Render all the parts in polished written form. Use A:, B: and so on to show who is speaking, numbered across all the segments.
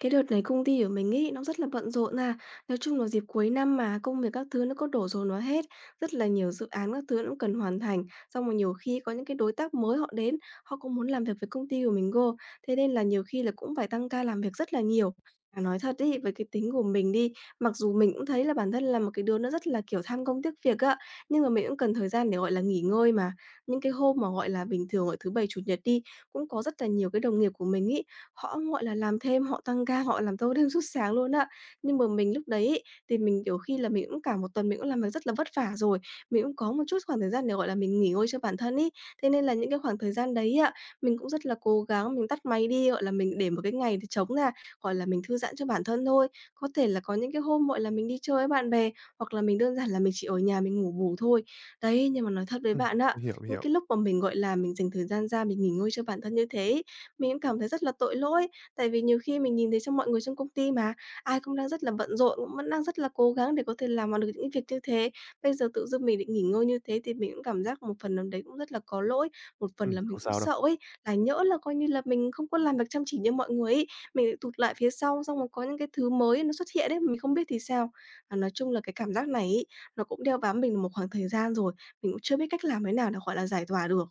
A: Cái đợt này công ty của mình ấy, nó rất là bận rộn à. Nói chung là dịp cuối năm mà, công việc các thứ nó có đổ dồn vào hết, rất là nhiều dự án các thứ nó cũng cần hoàn thành. Xong rồi nhiều khi có những cái đối tác mới họ đến, họ cũng muốn làm việc với công ty của mình cô. Thế nên là nhiều khi là cũng phải tăng ca làm việc rất là nhiều. Mà nói thật ấy, với cái tính của mình đi, mặc dù mình cũng thấy là bản thân là một cái đứa nó rất là, kiểu, tham công tiếc việc á, nhưng mà mình cũng cần thời gian để, gọi là, nghỉ ngơi mà. Những cái hôm mà, gọi là, bình thường, ở thứ Bảy, Chủ nhật đi, cũng có rất là nhiều cái đồng nghiệp của mình ý. Họ, gọi là, làm thêm, họ tăng ca, họ làm thâu đêm suốt sáng luôn á. Nhưng mà mình lúc đấy ấy, thì mình, kiểu, khi là mình cũng cả một tuần mình cũng làm việc rất là vất vả rồi, mình cũng có một chút khoảng thời gian để, gọi là, mình nghỉ ngơi cho bản thân ấy. Thế nên là những cái khoảng thời gian đấy ạ, mình cũng rất là cố gắng, mình tắt máy đi, gọi là, mình để một cái ngày để trống ra, gọi là, mình thư giãn cho bản thân thôi. Có thể là có những cái hôm, gọi là, mình đi chơi với bạn bè, hoặc là mình đơn giản là mình chỉ ở nhà mình ngủ bù thôi. Đấy, nhưng mà nói thật với
B: Ừm,
A: bạn á,
B: mình hiểu, mình
A: những
B: hiểu.
A: cái lúc mà mình, gọi là, mình dành thời gian ra mình nghỉ ngơi cho bản thân như thế ấy, mình cũng cảm thấy rất là tội lỗi, tại vì nhiều khi mình nhìn thấy trong mọi người trong công ty mà, ai cũng đang rất là bận rộn, cũng vẫn đang rất là cố gắng để có thể làm bằng được những việc như thế. Bây giờ tự dưng mình định nghỉ ngơi như thế thì mình cũng cảm giác một phần nào đấy cũng rất là có lỗi, một phần là mình
B: Không
A: cũng
B: sao đâu.
A: sợ ấy, là nhỡ là coi như là mình không có làm việc chăm chỉ như mọi người ấy, mình lại tụt lại phía sau, xong rồi có những cái thứ mới nó xuất hiện đấy mà mình không biết thì sao. À, nói chung là cái cảm giác này ấy, nó cũng đeo bám mình một khoảng thời gian rồi, mình cũng chưa biết cách làm thế nào để, gọi là, giải tỏa được.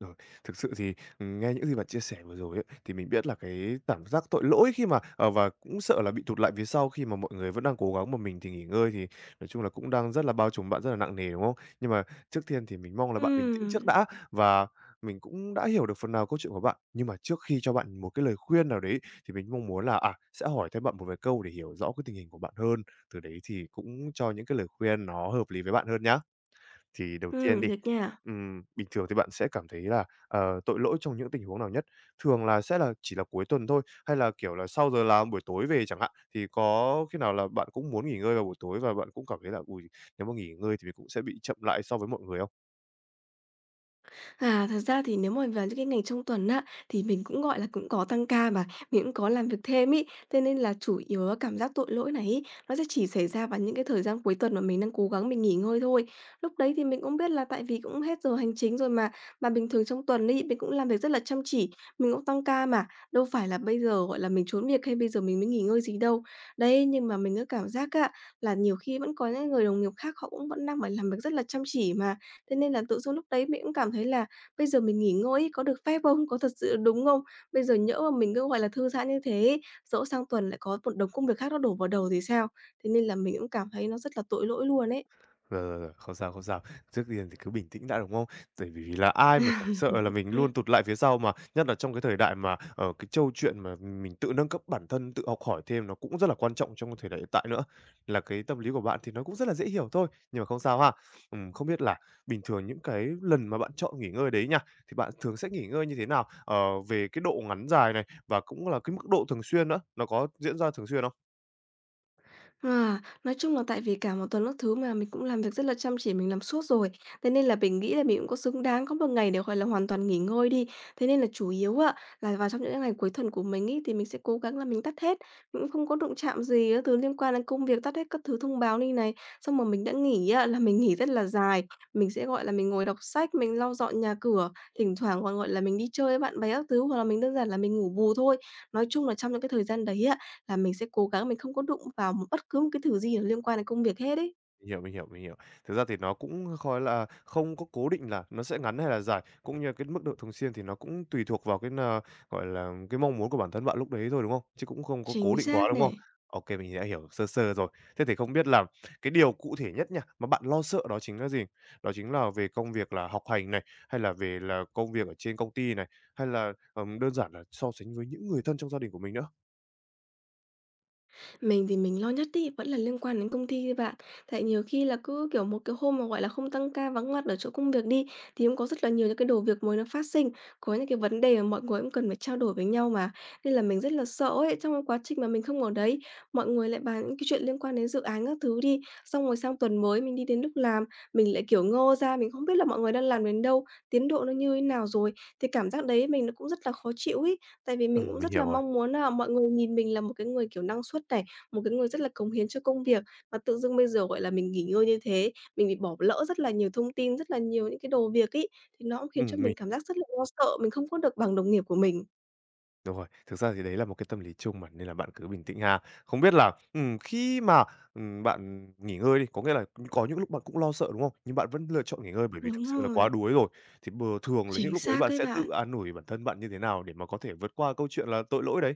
B: Rồi, thực sự thì, nghe những gì bạn chia sẻ vừa rồi ấy, thì mình biết là cái cảm giác tội lỗi khi mà và cũng sợ là bị tụt lại phía sau khi mà mọi người vẫn đang cố gắng mà mình thì nghỉ ngơi thì nói chung là cũng đang rất là bao trùm bạn rất là nặng nề, đúng không? Nhưng mà trước tiên thì mình mong là bạn bình tĩnh trước
A: Ừm,
B: đã và mình cũng đã hiểu được phần nào câu chuyện của bạn. Nhưng mà trước khi cho bạn một cái lời khuyên nào đấy thì mình mong muốn là, sẽ hỏi thêm bạn một vài câu để hiểu rõ cái tình hình của bạn hơn, từ đấy thì cũng cho những cái lời khuyên nó hợp lý với bạn hơn nhá. Thì đầu tiên đi,
A: được nha.
B: bình thường thì bạn sẽ cảm thấy là, tội lỗi trong những tình huống nào nhất? Thường là sẽ là chỉ là cuối tuần thôi, hay là, kiểu là, sau giờ làm buổi tối về chẳng hạn, thì có khi nào là bạn cũng muốn nghỉ ngơi vào buổi tối và bạn cũng cảm thấy là "Ôi, nếu mà nghỉ ngơi thì mình cũng sẽ bị chậm lại so với mọi người" không?
A: À, thật ra thì nếu mà vào những cái ngày trong tuần á, thì mình cũng, gọi là, cũng có tăng ca mà, mình cũng có làm việc thêm ý, thế nên là chủ yếu á cảm giác tội lỗi này ý nó sẽ chỉ xảy ra vào những cái thời gian cuối tuần mà mình đang cố gắng mình nghỉ ngơi thôi. Lúc đấy thì mình cũng biết là tại vì cũng hết giờ hành chính rồi mà bình thường trong tuần ý mình cũng làm việc rất là chăm chỉ, mình cũng tăng ca mà, đâu phải là bây giờ, gọi là, mình trốn việc hay bây giờ mình mới nghỉ ngơi gì đâu. Đấy, nhưng mà mình cứ cảm giác á, là nhiều khi vẫn có những người đồng nghiệp khác họ cũng vẫn đang phải làm việc rất là chăm chỉ mà, thế nên là tự dưng lúc đấy mình cũng cảm thấy là bây giờ mình nghỉ ngơi ấy, có được phép không? Có thật sự đúng không? Bây giờ nhỡ mà mình cứ, gọi là, thư giãn như thế ấy, dẫu sang tuần lại có một đống công việc khác nó đổ vào đầu thì sao? Thế nên là mình cũng cảm thấy nó rất là tội lỗi luôn ấy.
B: Rồi, rồi, rồi, không sao, không sao. Trước tiên thì cứ bình tĩnh đã, đúng không? Tại vì là ai mà chẳng sợ là mình luôn tụt lại phía sau mà, nhất là trong cái thời đại mà, ở cái trâu chuyện mà mình tự nâng cấp bản thân, tự học hỏi thêm nó cũng rất là quan trọng trong cái thời đại hiện tại nữa. Là cái tâm lý của bạn thì nó cũng rất là dễ hiểu thôi, nhưng mà không sao ha. Không biết là bình thường những cái lần mà bạn chọn nghỉ ngơi đấy nha, thì bạn thường sẽ nghỉ ngơi như thế nào? Ờ, Về cái độ ngắn dài này, và cũng là cái mức độ thường xuyên nữa, nó có diễn ra thường xuyên không?
A: À, nói chung là tại vì cả một tuần các thứ mà mình cũng làm việc rất là chăm chỉ, mình làm suốt rồi, thế nên là mình nghĩ là mình cũng có xứng đáng có một ngày để, gọi là, hoàn toàn nghỉ ngơi đi. Thế nên là chủ yếu ạ, là vào trong những ngày cuối tuần của mình ấy, thì mình sẽ cố gắng là mình tắt hết, mình cũng không có đụng chạm gì các thứ liên quan đến công việc, tắt hết các thứ thông báo đi này. Xong mà mình đã nghỉ á, là mình nghỉ rất là dài, mình sẽ, gọi là, mình ngồi đọc sách, mình lau dọn nhà cửa, thỉnh thoảng còn, gọi là, mình đi chơi với bạn bè các thứ, hoặc là mình đơn giản là mình ngủ bù thôi. Nói chung là trong những cái thời gian đấy ạ, là mình sẽ cố gắng mình không có đụng vào một bất cứ một cái thứ gì liên quan đến công việc hết ấy.
B: Mình hiểu, mình hiểu, mình hiểu. Thực ra thì nó cũng khói là không có cố định là nó sẽ ngắn hay là dài, cũng như cái mức độ thường xuyên thì nó cũng tùy thuộc vào cái nà gọi là, cái mong muốn của bản thân bạn lúc đấy thôi, đúng không? Chứ cũng không có cố
A: Chính
B: định quá,
A: xác
B: đúng không?
A: này.
B: OK, mình đã hiểu sơ sơ rồi. Thế thì không biết là cái điều cụ thể nhất nha, mà bạn lo sợ đó chính là gì? Đó chính là về công việc là học hành này, hay là về là công việc ở trên công ty này, hay là, đơn giản là so sánh với những người thân trong gia đình của mình nữa?
A: Mình thì mình lo nhất ấy, vẫn là liên quan đến công ty thôi bạn. Tại nhiều khi là cứ, kiểu, một cái hôm mà, gọi là, không tăng ca vắng mặt ở chỗ công việc đi, thì cũng có rất là nhiều những cái đồ việc mới nó phát sinh, có những cái vấn đề mà mọi người cũng cần phải trao đổi với nhau mà. Nên là mình rất là sợ ấy, trong cái quá trình mà mình không ở đấy, mọi người lại bàn những cái chuyện liên quan đến dự án các thứ đi, xong rồi sang tuần mới mình đi đến lúc làm, mình lại, kiểu, ngơ ra, mình không biết là mọi người đang làm đến đâu, tiến độ nó như thế nào rồi. Thì cảm giác đấy mình nó cũng rất là khó chịu ấy, tại vì mình cũng
B: Mình
A: rất là
B: hiểu rồi.
A: mong muốn là mọi người nhìn mình là một cái người, kiểu, năng suất này, một cái người rất là cống hiến cho công việc. Và tự dưng bây giờ, gọi là, mình nghỉ ngơi như thế, mình bị bỏ lỡ rất là nhiều thông tin, rất là nhiều những cái đồ việc ấy, thì nó cũng khiến cho mình
B: Mình
A: cảm giác rất là lo sợ, mình không có được bằng đồng nghiệp của mình.
B: Đúng rồi, thực ra thì đấy là một cái tâm lý chung mà, nên là bạn cứ bình tĩnh ha. Không biết là, khi mà, bạn nghỉ ngơi đi, có nghĩa là có những lúc bạn cũng lo sợ, đúng không? Nhưng bạn vẫn lựa chọn nghỉ ngơi bởi vì thực
A: Đúng
B: sự là quá
A: rồi,
B: đuối rồi. Thì bừa thường là những
A: chính
B: lúc đấy
A: xác
B: bạn
A: đấy
B: sẽ tự
A: bạn.
B: an ủi bản thân bạn như thế nào để mà có thể vượt qua câu chuyện là tội lỗi đấy?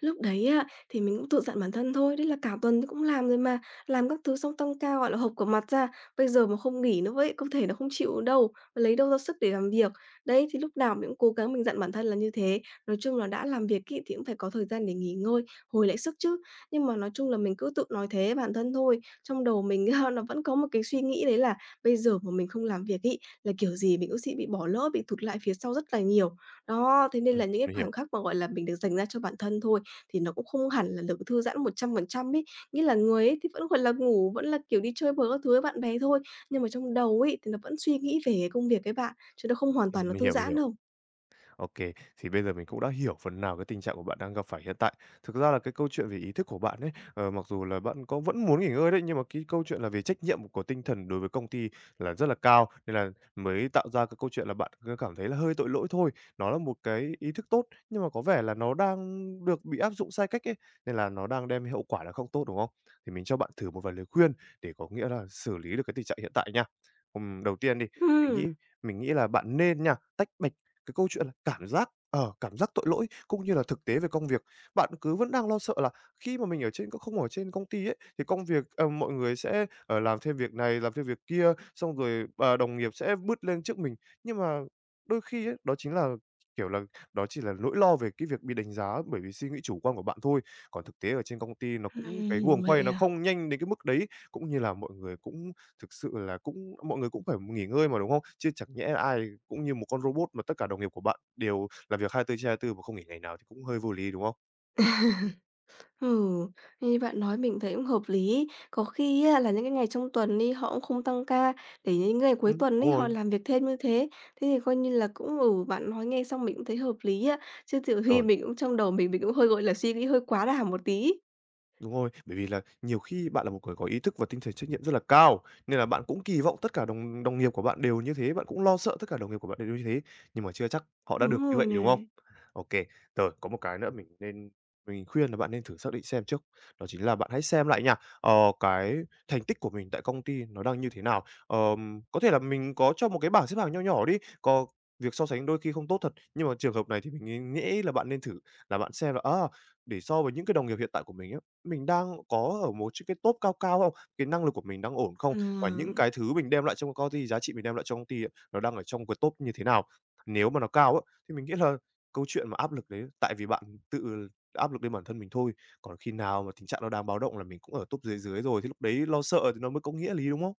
A: Lúc đấy á, thì mình cũng tự dặn bản thân thôi, đấy là cả tuần cũng làm rồi mà, làm các thứ xong tăng ca, gọi là, hộc cả mặt ra, bây giờ mà không nghỉ nữa vậy cơ thể nó không chịu đâu, lấy đâu ra sức để làm việc. Đấy, thì lúc nào mình cũng cố gắng mình dặn bản thân là như thế. Nói chung là đã làm việc ấy thì cũng phải có thời gian để nghỉ ngơi, hồi lại sức chứ. Nhưng mà nói chung là mình cứ tự nói thế với bản thân thôi, trong đầu mình nó vẫn có một cái suy nghĩ đấy là bây giờ mà mình không làm việc ấy, là kiểu gì mình cũng sẽ bị bỏ lỡ, bị thụt lại phía sau rất là nhiều. Đó, thế nên là những cái
B: Mình hiểu,
A: khoảnh khắc mà, gọi là, mình được dành ra cho bản thân thôi thì nó cũng không hẳn là được thư giãn 100% ấy. Nghĩa là người ấy thì vẫn, gọi là, ngủ, vẫn là, kiểu, đi chơi bời các thứ với bạn bè thôi, nhưng mà trong đầu ấy thì nó vẫn suy nghĩ về cái công việc ấy bạn, chứ nó không hoàn toàn nó
B: mình
A: thư
B: hiểu, mình
A: giãn
B: hiểu.
A: đâu.
B: OK, thì bây giờ mình cũng đã hiểu phần nào cái tình trạng của bạn đang gặp phải hiện tại. Thực ra là cái câu chuyện về ý thức của bạn ấy, mặc dù là bạn có vẫn muốn nghỉ ngơi đấy, nhưng mà cái câu chuyện là về trách nhiệm của tinh thần đối với công ty là rất là cao, nên là mới tạo ra cái câu chuyện là bạn cứ cảm thấy là hơi tội lỗi thôi. Nó là một cái ý thức tốt, nhưng mà có vẻ là nó đang được bị áp dụng sai cách ấy, nên là nó đang đem hậu quả là không tốt, đúng không? Thì mình cho bạn thử một vài lời khuyên để có nghĩa là xử lý được cái tình trạng hiện tại nha. Đầu tiên đi, mình
A: Ừm,
B: nghĩ mình nghĩ là bạn nên nha, tách bạch cái câu chuyện là cảm giác tội lỗi cũng như là thực tế về công việc. Bạn cứ vẫn đang lo sợ là khi mà mình ở trên không ở trên công ty ấy, thì công việc, mọi người sẽ, làm thêm việc này, làm thêm việc kia, xong rồi, đồng nghiệp sẽ bứt lên trước mình. Nhưng mà đôi khi ấy, kiểu là, đó chỉ là nỗi lo về cái việc bị đánh giá bởi vì suy nghĩ chủ quan của bạn thôi. Còn thực tế ở trên công ty nó cũng cái guồng
A: vậy
B: quay nó
A: à?
B: không nhanh đến cái mức đấy, cũng như là mọi người cũng. Thực sự là cũng mọi người cũng phải nghỉ ngơi mà, đúng không? Chứ chẳng nhẽ ai cũng như một con robot mà tất cả đồng nghiệp của bạn đều làm việc 24/24 mà không nghỉ ngày nào thì cũng hơi vô lý, đúng không?
A: Ừ, như bạn nói mình thấy cũng hợp lý. Có khi á là những cái ngày trong tuần đi, họ cũng không tăng ca, để những ngày cuối tuần
B: Đúng
A: ấy họ
B: rồi,
A: làm việc thêm như thế. Thế thì coi như là cũng ừ, bạn nói nghe xong mình cũng thấy hợp lý á, chứ nhiều khi
B: rồi.
A: mình cũng trong đầu mình cũng hơi, gọi là, suy nghĩ hơi quá đà một tí.
B: Đúng rồi, bởi vì là nhiều khi bạn là một người có ý thức và tinh thần trách nhiệm rất là cao, nên là bạn cũng kỳ vọng tất cả đồng đồng nghiệp của bạn đều như thế, bạn cũng lo sợ tất cả đồng nghiệp của bạn đều như thế, nhưng mà chưa chắc họ đã
A: Đúng
B: được như
A: rồi
B: vậy, đúng không?
A: này.
B: OK. Rồi có một cái nữa mình khuyên là bạn nên thử xác định xem trước, đó chính là bạn hãy xem lại nha, ờ, cái thành tích của mình tại công ty nó đang như thế nào. Có thể là mình có cho một cái bảng xếp hạng nho nhỏ đi, có việc so sánh đôi khi không tốt thật, nhưng mà trường hợp này thì mình nghĩ nghĩ là bạn nên thử là bạn xem là, để so với những cái đồng nghiệp hiện tại của mình á, mình đang có ở một cái top cao cao không? Cái năng lực của mình đang ổn không? Và những
A: À,
B: cái thứ mình đem lại trong công ty, giá trị mình đem lại cho công ty ấy, nó đang ở trong cái top như thế nào? Nếu mà nó cao á, thì mình nghĩ là câu chuyện mà áp lực đấy tại vì bạn tự áp lực lên bản thân mình thôi, còn khi nào mà tình trạng nó đang báo động là mình cũng ở top dưới dưới rồi, thì lúc đấy lo sợ thì nó mới có nghĩa lý, đúng không?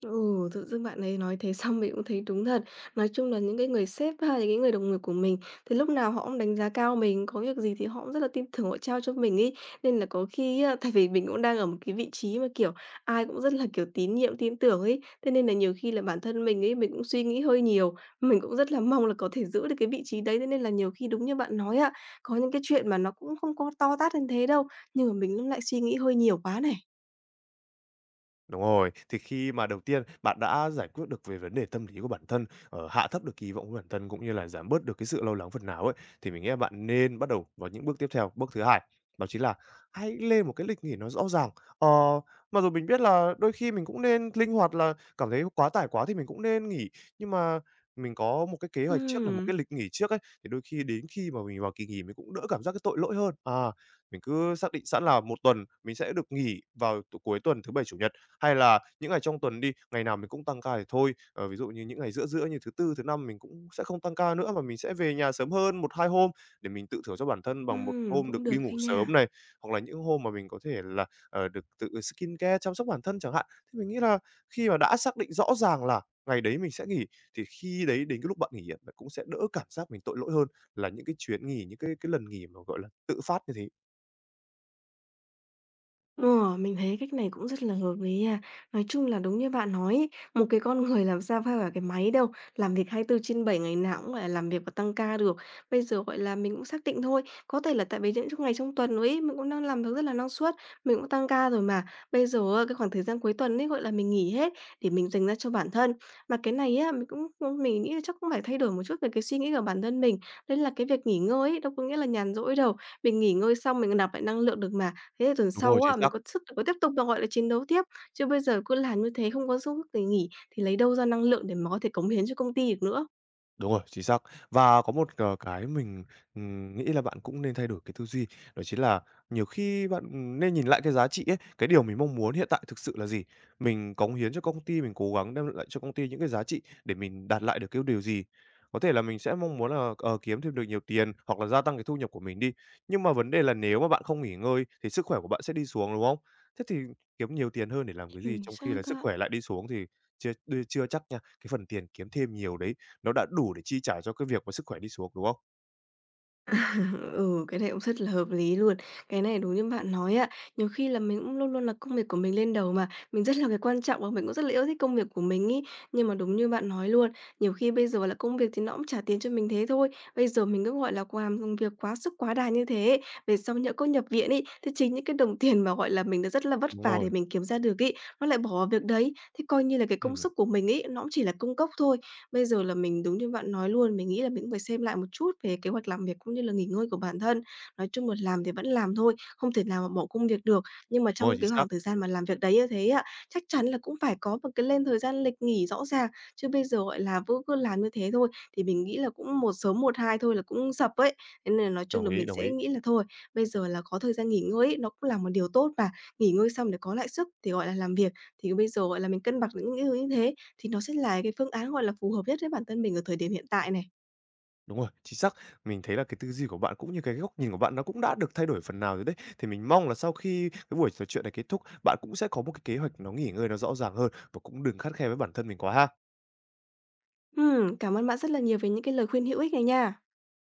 A: ừ, tự dưng bạn ấy nói thế xong mình cũng thấy đúng thật. Nói chung là những cái người sếp hay là những người đồng nghiệp của mình thì lúc nào họ cũng đánh giá cao mình, có việc gì thì họ cũng rất là tin tưởng họ trao cho mình ấy. Nên là có khi á, tại vì mình cũng đang ở một cái vị trí mà, kiểu, ai cũng rất là, kiểu, tín nhiệm, tin tưởng ấy, thế nên là nhiều khi là bản thân mình ấy, mình cũng suy nghĩ hơi nhiều, mình cũng rất là mong là có thể giữ được cái vị trí đấy. Thế nên là nhiều khi đúng như bạn nói á, có những cái chuyện mà nó cũng không có to tát đến thế đâu, nhưng mà mình cũng lại suy nghĩ hơi nhiều quá này.
B: Đúng rồi, thì khi mà đầu tiên bạn đã giải quyết được về vấn đề tâm lý của bản thân, hạ thấp được kỳ vọng của bản thân cũng như là giảm bớt được cái sự lo lắng phần nào ấy, thì mình nghĩ là bạn nên bắt đầu vào những bước tiếp theo. Bước thứ hai, đó chính là hãy lên một cái lịch nghỉ nó rõ ràng. Ờ, Mặc dù mình biết là đôi khi mình cũng nên linh hoạt là cảm thấy quá tải quá thì mình cũng nên nghỉ, nhưng mà mình có một cái kế hoạch trước là một
A: Ừm.
B: cái lịch nghỉ trước ấy, thì đôi khi đến khi mà mình vào kỳ nghỉ mình cũng đỡ cảm giác cái tội lỗi hơn. Mình cứ xác định sẵn là một tuần mình sẽ được nghỉ vào cuối tuần thứ Bảy, Chủ nhật hay là những ngày trong tuần đi, ngày nào mình cũng tăng ca thì thôi, ví dụ như những ngày giữa giữa như thứ Tư, thứ Năm mình cũng sẽ không tăng ca nữa mà mình sẽ về nhà sớm hơn một 2 hôm để mình tự thưởng cho bản thân bằng một hôm
A: Cũng
B: được đi
A: được
B: ngủ
A: đấy
B: sớm
A: nha.
B: này, hoặc là những hôm mà mình có thể là, được tự skincare, chăm sóc bản thân chẳng hạn. Thì mình nghĩ là khi mà đã xác định rõ ràng là ngày đấy mình sẽ nghỉ, thì khi đấy đến cái lúc bạn nghỉ á, bạn cũng sẽ đỡ cảm giác mình tội lỗi hơn là những cái chuyến nghỉ, những cái lần nghỉ mà, gọi là, tự phát như thế.
A: Ờ, mình thấy cách này cũng rất là hợp lý nha. Nói chung là đúng như bạn nói ấy, một cái con người làm sao phải là cái máy đâu, làm việc 24/7 ngày nào cũng phải làm việc và tăng ca được. Bây giờ, gọi là, mình cũng xác định thôi, có thể là tại vì những trong ngày trong tuần ấy, mình cũng đang làm việc rất là năng suất, mình cũng tăng ca rồi mà. Bây giờ á, cái khoảng thời gian cuối tuần ấy, gọi là, mình nghỉ hết để mình dành ra cho bản thân. Mà cái này á, mình cũng cũng mình nghĩ là chắc cũng phải thay đổi một chút về cái suy nghĩ của bản thân mình. Đấy là cái việc nghỉ ngơi ấy, đâu có nghĩa là nhàn rỗi đâu, mình nghỉ ngơi xong mình nạp lại năng lượng được mà. Thế là tuần
B: Đúng rồi,
A: sau
B: chính
A: á,
B: xác.
A: mình có sức để có tiếp tục là, gọi là, chiến đấu tiếp, chứ bây giờ cứ làm như thế không có sức để nghỉ thì lấy đâu ra năng lượng để mà có thể cống hiến cho công ty được nữa.
B: Đúng rồi, chính xác. Và có một, cái mình, nghĩ là bạn cũng nên thay đổi cái tư duy, đó chính là nhiều khi bạn, nên nhìn lại cái giá trị ấy, cái điều mình mong muốn hiện tại thực sự là gì? Mình cống hiến cho công ty, mình cố gắng đem lại cho công ty những cái giá trị để mình đạt lại được cái điều gì? Có thể là mình sẽ mong muốn là, kiếm thêm được nhiều tiền hoặc là gia tăng cái thu nhập của mình đi, nhưng mà vấn đề là nếu mà bạn không nghỉ ngơi thì sức khỏe của bạn sẽ đi xuống, đúng không? Thế thì kiếm nhiều tiền hơn để làm cái gì
A: Chính
B: trong khi
A: xác
B: là sức
A: á.
B: khỏe lại đi xuống thì chưa chưa chắc nha, cái phần tiền kiếm thêm nhiều đấy nó đã đủ để chi trả cho cái việc mà sức khỏe đi xuống, đúng không?
A: Ừ, cái này cũng rất là hợp lý luôn. Cái này đúng như bạn nói ạ. Nhiều khi là mình cũng luôn luôn là công việc của mình lên đầu mà, mình rất là cái quan trọng và mình cũng rất là yêu thích công việc của mình ý. Nhưng mà đúng như bạn nói luôn, nhiều khi bây giờ là công việc thì nó cũng trả tiền cho mình thế thôi. Bây giờ mình cứ, gọi là, làm việc quá sức quá đà như thế ấy, về sau nhỡ có nhập viện ấy, thì chính những cái đồng tiền mà, gọi là, mình đã rất là vất
B: Đúng
A: vả để
B: rồi,
A: mình kiếm ra được ấy, nó lại bỏ vào việc đấy. Thì coi như là cái công
B: ừm,
A: sức của mình ấy, nó cũng chỉ là công cốc thôi. Bây giờ là mình đúng như bạn nói luôn, mình nghĩ là mình cũng phải xem lại một chút về kế hoạch làm việc cũng như là nghỉ ngơi của bản thân. Nói chung là làm thì vẫn làm thôi, không thể nào mà bỏ công việc được. Nhưng mà
B: đúng rồi,
A: trong
B: chính
A: cái
B: xác,
A: khoảng thời gian mà làm việc đấy như thế á, chắc chắn là cũng phải có một cái lên thời gian lịch nghỉ rõ ràng, chứ bây giờ, gọi là, cứ cứ làm như thế thôi thì mình nghĩ là cũng một sớm một hai thôi là cũng sập ấy. Thế nên là nói chung
B: đồng
A: là
B: ý,
A: mình
B: đồng
A: sẽ
B: ý.
A: nghĩ là thôi, bây giờ là có thời gian nghỉ ngơi ấy, nó cũng là một điều tốt và nghỉ ngơi xong để có lại sức thì, gọi là, làm việc. Thì bây giờ, gọi là, mình cân bằng những cái thứ như thế. Thì nó sẽ là cái phương án, gọi là, phù hợp nhất với bản thân mình ở thời điểm hiện tại này.
B: Đúng rồi, chính xác. Mình thấy là cái tư duy của bạn cũng như cái góc nhìn của bạn nó cũng đã được thay đổi phần nào rồi đấy. Thì mình mong là sau khi cái buổi trò chuyện này kết thúc, bạn cũng sẽ có một cái kế hoạch nó nghỉ ngơi nó rõ ràng hơn và cũng đừng khắt khe với bản thân mình quá ha.
A: Cảm ơn bạn rất là nhiều về những cái lời khuyên hữu ích này nha.